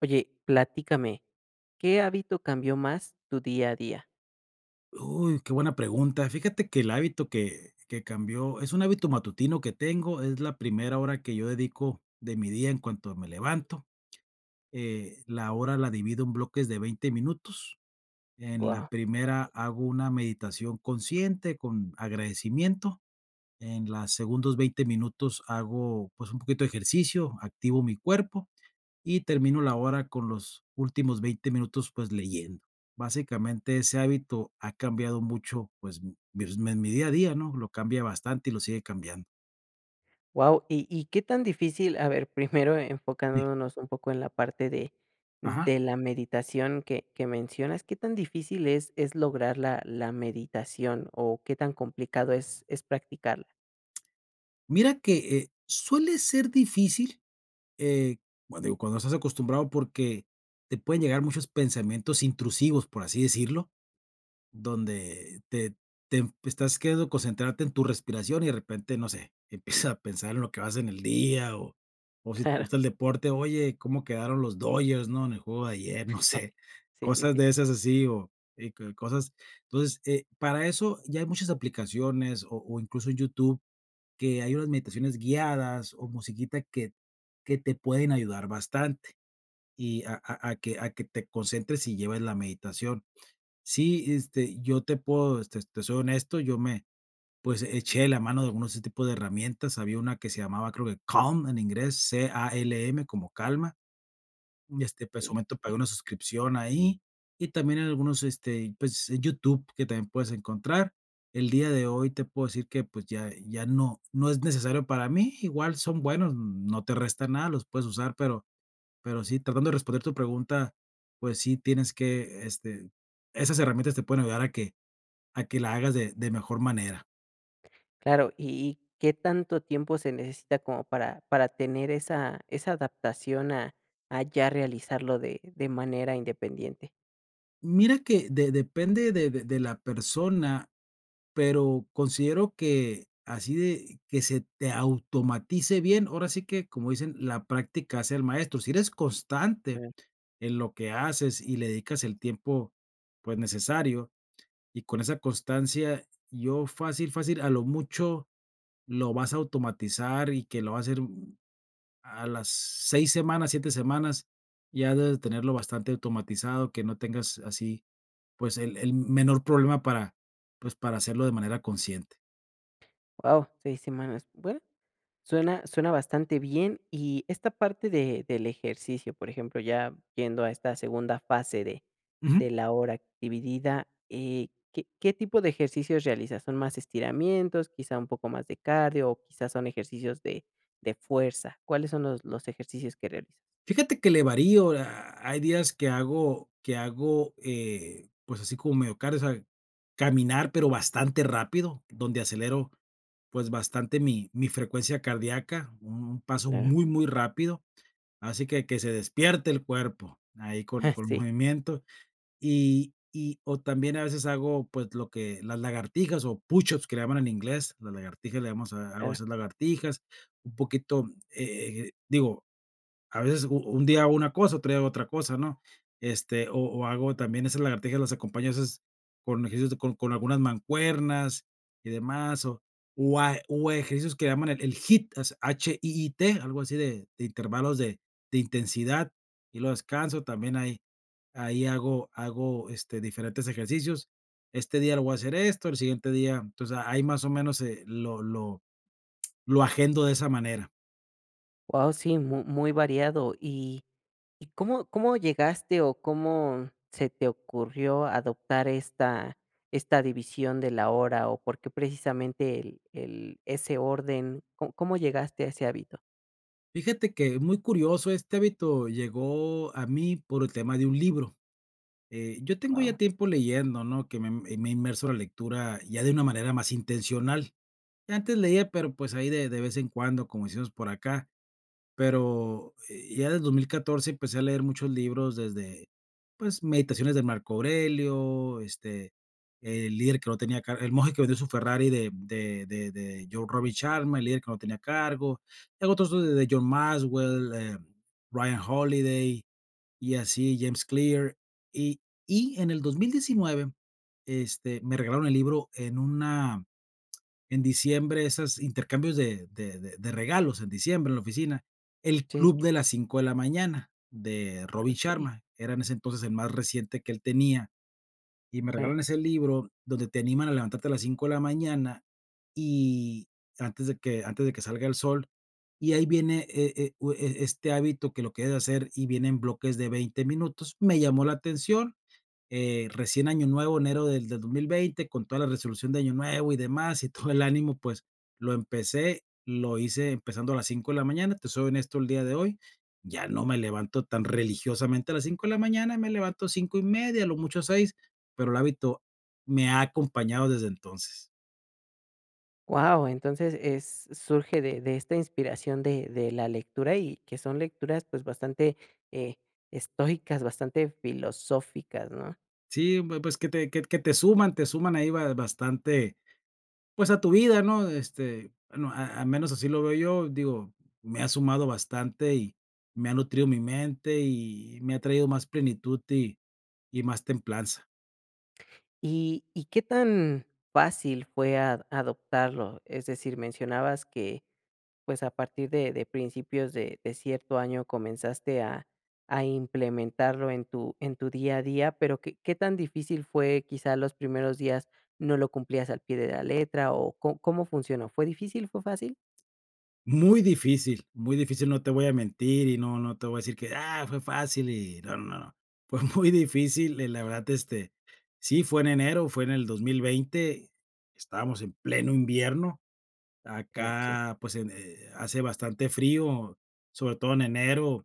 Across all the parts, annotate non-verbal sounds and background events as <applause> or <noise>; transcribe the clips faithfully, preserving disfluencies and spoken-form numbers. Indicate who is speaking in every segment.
Speaker 1: Oye, platícame, ¿qué hábito cambió más tu día a día?
Speaker 2: Uy, qué buena pregunta. Fíjate que el hábito que que cambió es un hábito matutino que tengo, es la primera hora que yo dedico de mi día en cuanto me levanto. Eh, la hora la divido en bloques de veinte minutos. En la
Speaker 1: Guau,
Speaker 2: primera hago una meditación consciente con agradecimiento, en los segundos veinte minutos hago, pues, un poquito de ejercicio, activo mi cuerpo y termino la hora con los últimos veinte minutos, pues, leyendo. Básicamente, ese hábito ha cambiado mucho, pues, mi pues, mi mi día a día, ¿no? Lo cambia bastante y lo sigue cambiando.
Speaker 1: guau, ¿y y qué tan difícil? A ver, <laughs> primero
Speaker 2: Sí.
Speaker 1: enfocándonos un poco en la parte de
Speaker 2: Ajá.
Speaker 1: de la meditación que que mencionas, ¿qué tan difícil es es lograr la la meditación o qué tan complicado es es practicarla? <laughs>
Speaker 2: Mira que, eh, suele ser difícil. eh, bueno, digo, cuando estás acostumbrado, porque te pueden llegar muchos pensamientos intrusivos, por así decirlo. Donde te te em- estás queriendo concentrarte en tu respiración y de repente, no sé, <laughs> empiezas a pensar en lo que vas en el día, o o si te
Speaker 1: Claro,
Speaker 2: gusta el deporte, oye, ¿cómo quedaron los Dodgers, ¿no? En el juego de ayer? <laughs> No sé,
Speaker 1: sí, sí,
Speaker 2: cosas
Speaker 1: sí.
Speaker 2: de esas así o y co cosas. Entonces, eh, para eso ya hay muchas aplicaciones o o incluso en YouTube, que hay unas meditaciones guiadas o musiquita que que te pueden ayudar bastante y a a a que a que te concentres y lleves la meditación. Sí, este, yo te puedo, este, te soy honesto, yo me, pues, eché la mano de algunos de ese tipo de herramientas. Había una que se llamaba, creo, que Calm en inglés, C A L M, como calma. Este, pues, en su momento pagué una suscripción ahí, y también en algunos, este, pues, en YouTube, que también puedes encontrar. El día de hoy te puedo decir que, pues, ya ya no no es necesario para mí. Igual son buenos, no te resta nada, los puedes usar, pero pero sí, tratando de responder tu pregunta, pues sí, tienes que, este, esas herramientas te pueden ayudar a que a que la hagas de de mejor manera.
Speaker 1: Claro, ¿y y qué tanto tiempo se necesita como para para tener esa esa adaptación a a ya realizarlo de de manera independiente?
Speaker 2: Mira que de depende de de de la persona, pero considero que así de que se te automatice bien, ahora sí que, como dicen, la práctica hace al maestro. Si eres constante
Speaker 1: Sí.
Speaker 2: en lo que haces y le dedicas el tiempo, pues, necesario, y con esa constancia, yo fácil, fácil, a lo mucho lo vas a automatizar y que lo vas a hacer a las seis semanas, siete semanas, ya debes tenerlo bastante automatizado, que no tengas así, pues, el el menor problema para, pues, para hacerlo de manera consciente.
Speaker 1: Guau, seis semanas. Bueno, suena suena bastante bien, y esta parte de del ejercicio, por ejemplo, ya yendo a esta segunda fase de
Speaker 2: Ujú.
Speaker 1: de la hora dividida, eh, ¿qué qué tipo de ejercicios realizas? ¿Son más estiramientos, quizá un poco más de cardio, o quizás son ejercicios de de fuerza? ¿Cuáles son los los ejercicios que realizas?
Speaker 2: Fíjate que le varío. Ah, hay días que hago que hago, eh, pues, así como medio cardio, o sea, caminar, pero bastante rápido, donde acelero, pues, bastante mi mi frecuencia cardíaca, un un paso
Speaker 1: Claro,
Speaker 2: muy, muy rápido, así que que se despierte el cuerpo ahí con con el
Speaker 1: <laughs> sí,
Speaker 2: movimiento. Y y o también a veces hago, pues, lo que las lagartijas, o push-ups que le llaman en inglés, las lagartijas le llamamos, a hago
Speaker 1: claro.
Speaker 2: esas lagartijas un poquito, eh, digo, a veces u un día hago una cosa, otro día hago otra cosa, ¿no? Este, o o hago también esas lagartijas, las acompaño a veces con ejercicios de con con algunas mancuernas y demás, o o a o ejercicios que llaman el el H I I T, as H I I T, algo así de de intervalos de de intensidad, y luego descanso, también hay ahí hago hago, este, diferentes ejercicios. Este día lo voy a hacer esto, el siguiente día entonces, a- ahí más o menos, eh, lo lo lo agendo de esa manera.
Speaker 1: Guau, sí, mu muy variado. ¿Y y cómo cómo llegaste o cómo se te ocurrió adoptar esta esta división de la hora o por qué precisamente el el ese orden? cómo cómo llegaste a ese hábito?
Speaker 2: Fíjate que muy curioso, este hábito llegó a mí por el tema de un libro. Eh, yo tengo ya
Speaker 1: Wow.
Speaker 2: tiempo leyendo, ¿no? Que me, eh, me he inmerso en la lectura ya de una manera más intencional. Antes leía, pero pues ahí de, de vez en cuando, como decimos por acá. Pero, eh, ya desde dos mil catorce empecé a leer muchos libros, desde, pues, Meditaciones de Marco Aurelio, este, El líder que no tenía car El monje que vendió su Ferrari, de de de de Joe Robbie Sharma, El líder que no tenía cargo, y otros de de John Maxwell, eh, Ryan Holiday, y así, James Clear. Y y en el dos mil diecinueve, este, me regalaron el libro en una en diciembre, esos intercambios de de de de regalos en diciembre en la oficina. El
Speaker 1: Sí,
Speaker 2: club
Speaker 1: sí,
Speaker 2: de las cinco de la mañana, de Robin
Speaker 1: okey,
Speaker 2: Sharma, era en ese entonces el más reciente que él tenía, y me
Speaker 1: claro.
Speaker 2: regalan ese libro donde te animan a levantarte a las cinco de la mañana, y antes de que antes de que salga el sol, y ahí viene, eh eh, u e este hábito que lo que debes hacer, y viene en bloques de veinte minutos. Me llamó la atención. Eh, recién año nuevo, enero del del dos mil veinte, con toda la resolución de año nuevo y demás, y todo el ánimo, pues, lo empecé, lo hice empezando a las cinco de la mañana. Te soy honesto, el día de hoy ya no me levanto tan religiosamente a las cinco de la mañana, me levanto cinco y media, a lo mucho seis, pero el hábito me ha acompañado desde entonces.
Speaker 1: Entonces es surge de de esta inspiración de de la lectura y que son lecturas, pues, bastante, eh, estoicas, bastante filosóficas, ¿no?
Speaker 2: Sí, bu- pues que te, que, que te suman, te suman ahí ba- bastante pues, a tu vida, ¿no? Este, bueno, a al menos así lo veo yo, digo, me ha sumado bastante y me ha nutrido mi mente, y me ha traído más plenitud y y más templanza.
Speaker 1: ¿Y y qué tan fácil fue ad adoptarlo? Es decir, mencionabas que, pues, a partir de de principios de de cierto año comenzaste a a implementarlo en tu en tu día a día, pero, ¿qué qué tan difícil fue? Quizá los primeros días no lo cumplías al pie de la letra, o, cómo cómo funcionó? ¿Fue difícil? ¿Fue fácil?
Speaker 2: Muy difícil, muy difícil, no te voy a mentir, y no no te voy a decir que: "Ah, fue fácil", y no, no, no. Fue <laughs> muy difícil, eh, la verdad, este, sí, fue en enero, fue en el dos mil veinte, estábamos en pleno invierno,
Speaker 1: Claro, sí.
Speaker 2: acá, pues, en, eh, hace bastante frío, sobre todo en enero.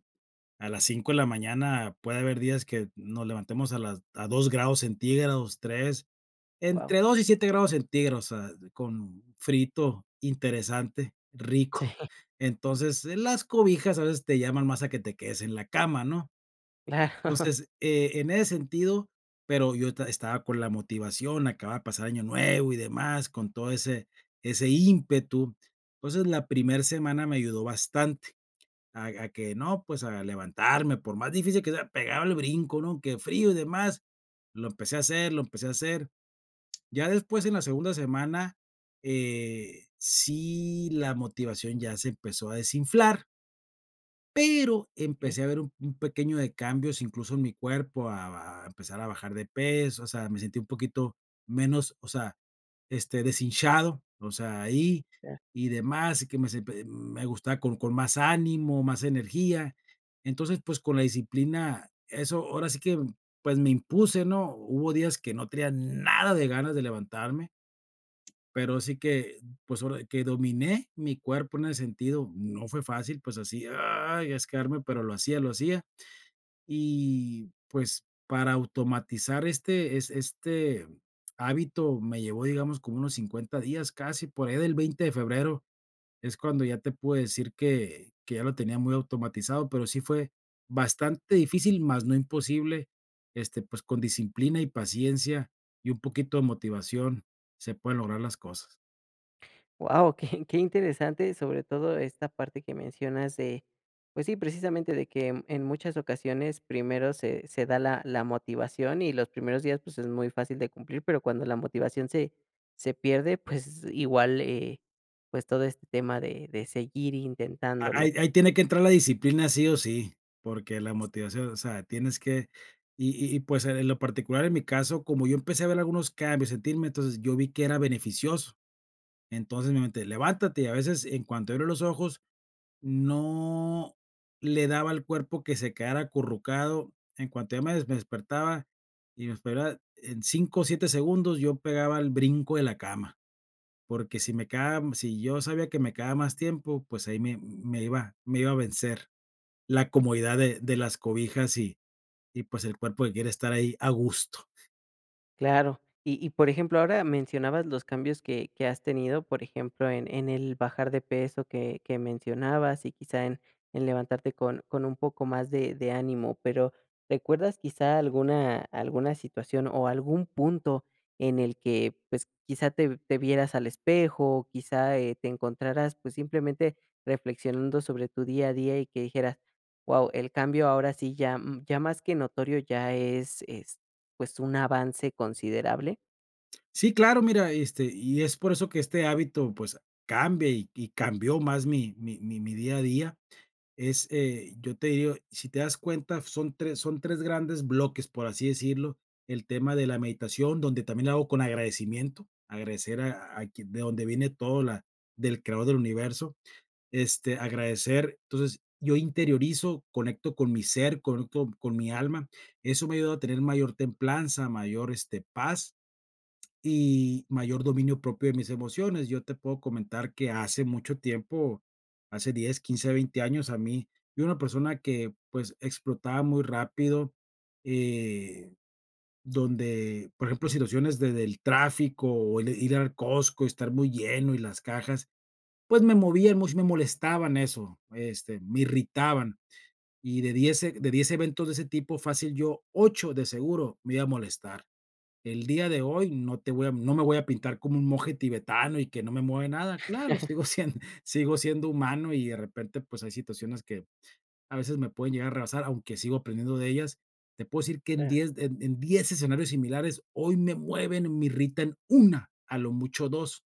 Speaker 2: A las cinco de la mañana puede haber días que nos levantemos a las a dos grados centígrados, tres,
Speaker 1: Wow.
Speaker 2: entre dos y siete grados centígrados, ah, con frito interesante,
Speaker 1: Sí,
Speaker 2: rico.
Speaker 1: <laughs>
Speaker 2: Entonces, eh, las cobijas a veces te llaman más a que te quedes en la cama, ¿no?
Speaker 1: claro, <laughs>
Speaker 2: Entonces, eh, en ese sentido, pero yo esta estaba con la motivación, acababa de pasar año nuevo y demás, con todo ese ese ímpetu. Entonces, la primera semana me ayudó bastante. A a que no, pues, a levantarme, por más difícil que sea, pegaba el brinco, ¿no? Que frío y demás. Lo empecé a hacer, lo empecé a hacer. Ya después, en la segunda semana, eh, sí, la motivación ya se empezó a desinflar, pero
Speaker 1: okey.
Speaker 2: empecé a ver un un pequeño de cambios, incluso en mi cuerpo, a a empezar a bajar de peso, o sea, me sentí un poquito menos, o sea, este, deshinchado, o sea, ahí y demás, y que me se me gustaba con con más ánimo, más energía. Entonces, pues, con la disciplina, eso ahora sí que, pues, me impuse, ¿no? Hubo días que no tenía nada de ganas de levantarme. Pero sí que, pues, ahora que dominé mi cuerpo en el sentido, no fue fácil, pues, así, ay, asquearme, pero lo hacía, lo hacía. Y, pues, para automatizar este es este hábito me llevó, digamos, como unos cincuenta días casi, por ahí del veinte de febrero, es cuando ya te puedo decir que que ya lo tenía muy automatizado, pero sí fue bastante difícil, más no imposible. Este, pues, con disciplina y paciencia y un poquito de motivación, se pueden lograr las cosas.
Speaker 1: Wow, <laughs> qué qué interesante, sobre todo esta parte que mencionas de, pues sí, precisamente de que en en muchas ocasiones primero se se da la la motivación y los primeros días, pues, es muy fácil de cumplir, pero cuando la motivación se se pierde, pues igual, eh, pues todo este tema de de seguir intentándolo.
Speaker 2: Ahí ahí tiene que entrar la disciplina sí o sí, porque la motivación, o sea, tienes que y y y, pues, en lo particular, en mi caso, como yo empecé a ver algunos cambios, sentirme, entonces, yo vi que era beneficioso. Entonces, mi mente: "Levántate", y a veces, en cuanto abro los ojos, no le daba al cuerpo que se quedara acurrucado. En cuanto ya me des me despertaba, y me esperaba en cinco o siete segundos, yo pegaba el brinco de la cama, porque si me quedaba si yo sabía que me quedaba más tiempo, pues ahí me me iba me iba a vencer la comodidad de de las cobijas, y y, pues, el cuerpo, que quiere estar ahí a gusto.
Speaker 1: Claro. Y y, por ejemplo, ahora mencionabas los cambios que que has tenido, por ejemplo, en en el bajar de peso que que mencionabas y quizá en en levantarte con con un poco más de de ánimo, pero, ¿recuerdas quizá alguna alguna situación o algún punto en el que, pues, quizá te te vieras al espejo, quizá, eh, te encontraras, pues, simplemente reflexionando sobre tu día a día y que dijeras: wow, el cambio ahora sí ya, mm, ya más que notorio, ya es, este, pues, un avance considerable.
Speaker 2: Sí, claro, mira, este, y es por eso que este hábito, pues, cambia y y cambió más mi mi mi mi día a día. Es, eh, yo te digo, si te das cuenta, son tres son tres grandes bloques, por así decirlo. El tema de la meditación, donde también la hago con agradecimiento, agradecer a a quien de donde viene todo, la del creador del universo. Este, agradecer. Entonces, yo interiorizo, conecto con mi ser, conecto con mi alma. Eso me ayuda a tener mayor templanza, mayor, este, paz, y mayor dominio propio de mis emociones. Yo te puedo comentar que hace mucho tiempo, hace diez, quince, veinte años, a mí, yo era una persona que pues explotaba muy rápido, eh, donde, por ejemplo, situaciones de, del tráfico, o el ir al Costco, estar muy lleno y las cajas, pues me movían mucho, me molestaban eso, este, me irritaban. Y de diez e- de diez eventos de ese tipo, fácil yo, ocho de seguro me iba a molestar. El día de hoy no, te voy a, no me voy a pintar como un monje tibetano y que no me mueve nada. Claro, sigo siendo, <laughs> sigo siendo humano, y de repente pues hay situaciones que a veces me pueden llegar a rebasar, aunque sigo aprendiendo de ellas. Te puedo decir que en
Speaker 1: Ah.
Speaker 2: diez en, en diez escenarios similares, hoy me mueven, me irritan una, a lo mucho dos.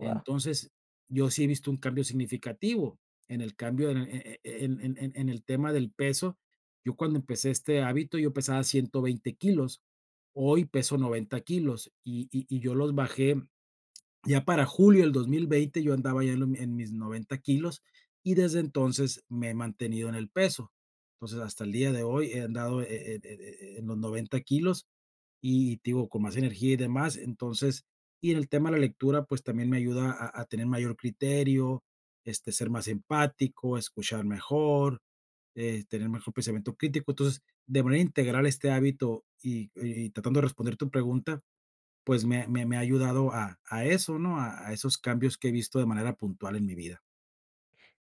Speaker 2: Entonces, yo sí he visto un cambio significativo en el cambio en e e en en en en el tema del peso. Yo cuando empecé este hábito, yo pesaba ciento veinte kilos, hoy peso noventa kilos, y y y yo los bajé ya para julio del dos mil veinte. Yo andaba ya en lo en mis noventa kilos y desde entonces me he mantenido en el peso. Entonces, hasta el día de hoy he andado, eh eh eh eh, en los noventa kilos y, te digo, con más energía y demás. Entonces, y en el tema de la lectura, pues también me ayuda a, a tener mayor criterio, este, ser más empático, escuchar mejor, eh, tener mejor pensamiento crítico. Entonces, de manera integral este hábito y, y tratando de responder tu pregunta, pues me, me, me ha ayudado a, a eso, ¿no? A, a esos cambios que he visto de manera puntual en mi vida.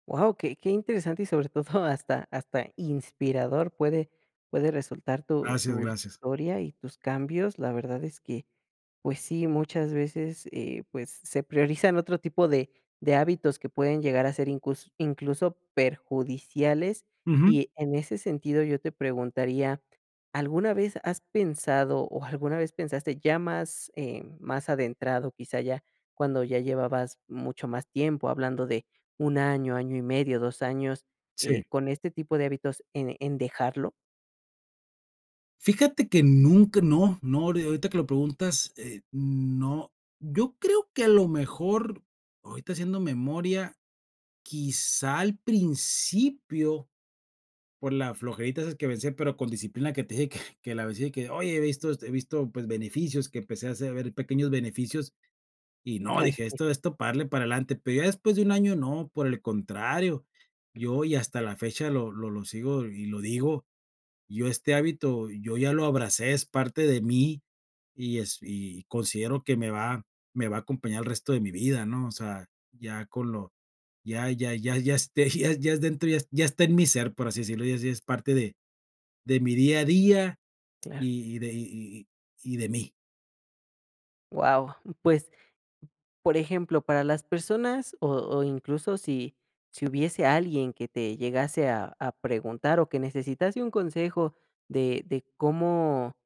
Speaker 1: Wow, qué qué interesante y sobre <laughs> todo hasta hasta inspirador puede puede resultar tu
Speaker 2: Gracias,
Speaker 1: tu
Speaker 2: gracias.
Speaker 1: historia y tus cambios. La verdad es que, pues sí, muchas veces, eh, pues, se priorizan otro tipo de de hábitos que pueden llegar a ser incus incluso perjudiciales.
Speaker 2: Ujú.
Speaker 1: Y en ese sentido, yo te preguntaría, ¿alguna vez has pensado o alguna vez pensaste ya más, eh, más adentrado, quizá ya cuando ya llevabas mucho más tiempo hablando de un año, año y medio, dos años, eh,
Speaker 2: Sí.
Speaker 1: con este tipo de hábitos en en dejarlo? <laughs>
Speaker 2: Fíjate que nunca no, no, ahori ahorita que lo preguntas, eh, no. Yo creo que a lo mejor, ahorita haciendo memoria, quizá al principio, por la flojerita esas que vencí, pero con disciplina, que te dije que que la vencí, que: "Oye, he visto, este he visto, pues, beneficios", que empecé a hacer ver pequeños beneficios, y no,
Speaker 1: Claro,
Speaker 2: dije:
Speaker 1: sí,
Speaker 2: "Esto esto para darle, para adelante", pero ya después de un año no, por el contrario, yo, y hasta la fecha lo lo lo sigo y lo digo, yo este hábito, yo ya lo abracé, es parte de mí, y es, y considero que me va me va a acompañar el resto de mi vida, ¿no? O sea, ya con lo ya ya ya ya este, <laughs> ya ya es dentro, ya es- ya está en mi ser, por así decirlo, ya es, ya es parte de de mi día a día
Speaker 1: claro.
Speaker 2: y y de y y y de mí.
Speaker 1: Wow. Pues, por ejemplo, para las personas o o incluso si si hubiese alguien que te llegase a a preguntar o que necesitase un consejo de de cómo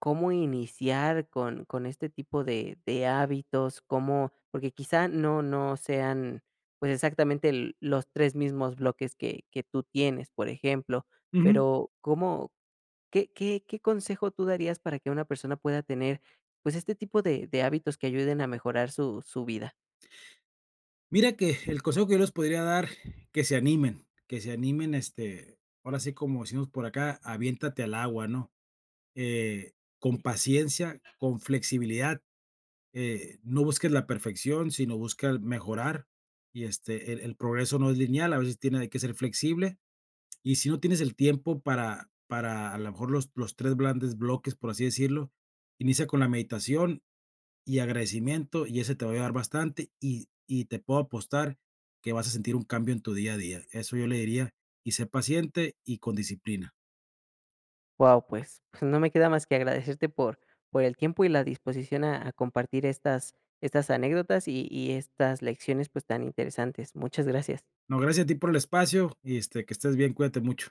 Speaker 1: cómo iniciar con, con este tipo de, de hábitos, cómo, porque quizá no, no sean pues exactamente el- los tres mismos bloques que, que tú tienes, por ejemplo,
Speaker 2: Ujú.
Speaker 1: pero cómo, qué, qué, qué consejo tú darías para que una persona pueda tener pues este tipo de, de hábitos que ayuden a mejorar su, su vida?
Speaker 2: Mira que el consejo que yo les podría dar, que se animen, que se animen, este, ahora sí, como decimos por acá, aviéntate al agua, ¿no? Eh, con
Speaker 1: <laughs>
Speaker 2: paciencia, con flexibilidad, eh, no busques la perfección, sino busca el mejorar. Y este, el, el progreso no es lineal, a veces tiene hay que ser flexible. Y si no tienes el tiempo para, para a lo mejor los, los tres grandes bloques, por así decirlo, inicia con la meditación y agradecimiento y ese te va a ayudar bastante y, y te puedo apostar que vas a sentir un cambio en tu día a día. Eso yo le diría, y sé paciente y con disciplina.
Speaker 1: Wow, pues pues no me queda más que agradecerte por por el tiempo y la disposición a a compartir estas estas anécdotas y y estas lecciones, pues, tan interesantes. Muchas gracias.
Speaker 2: No, gracias a ti por el espacio y este, que estés bien, cuídate mucho.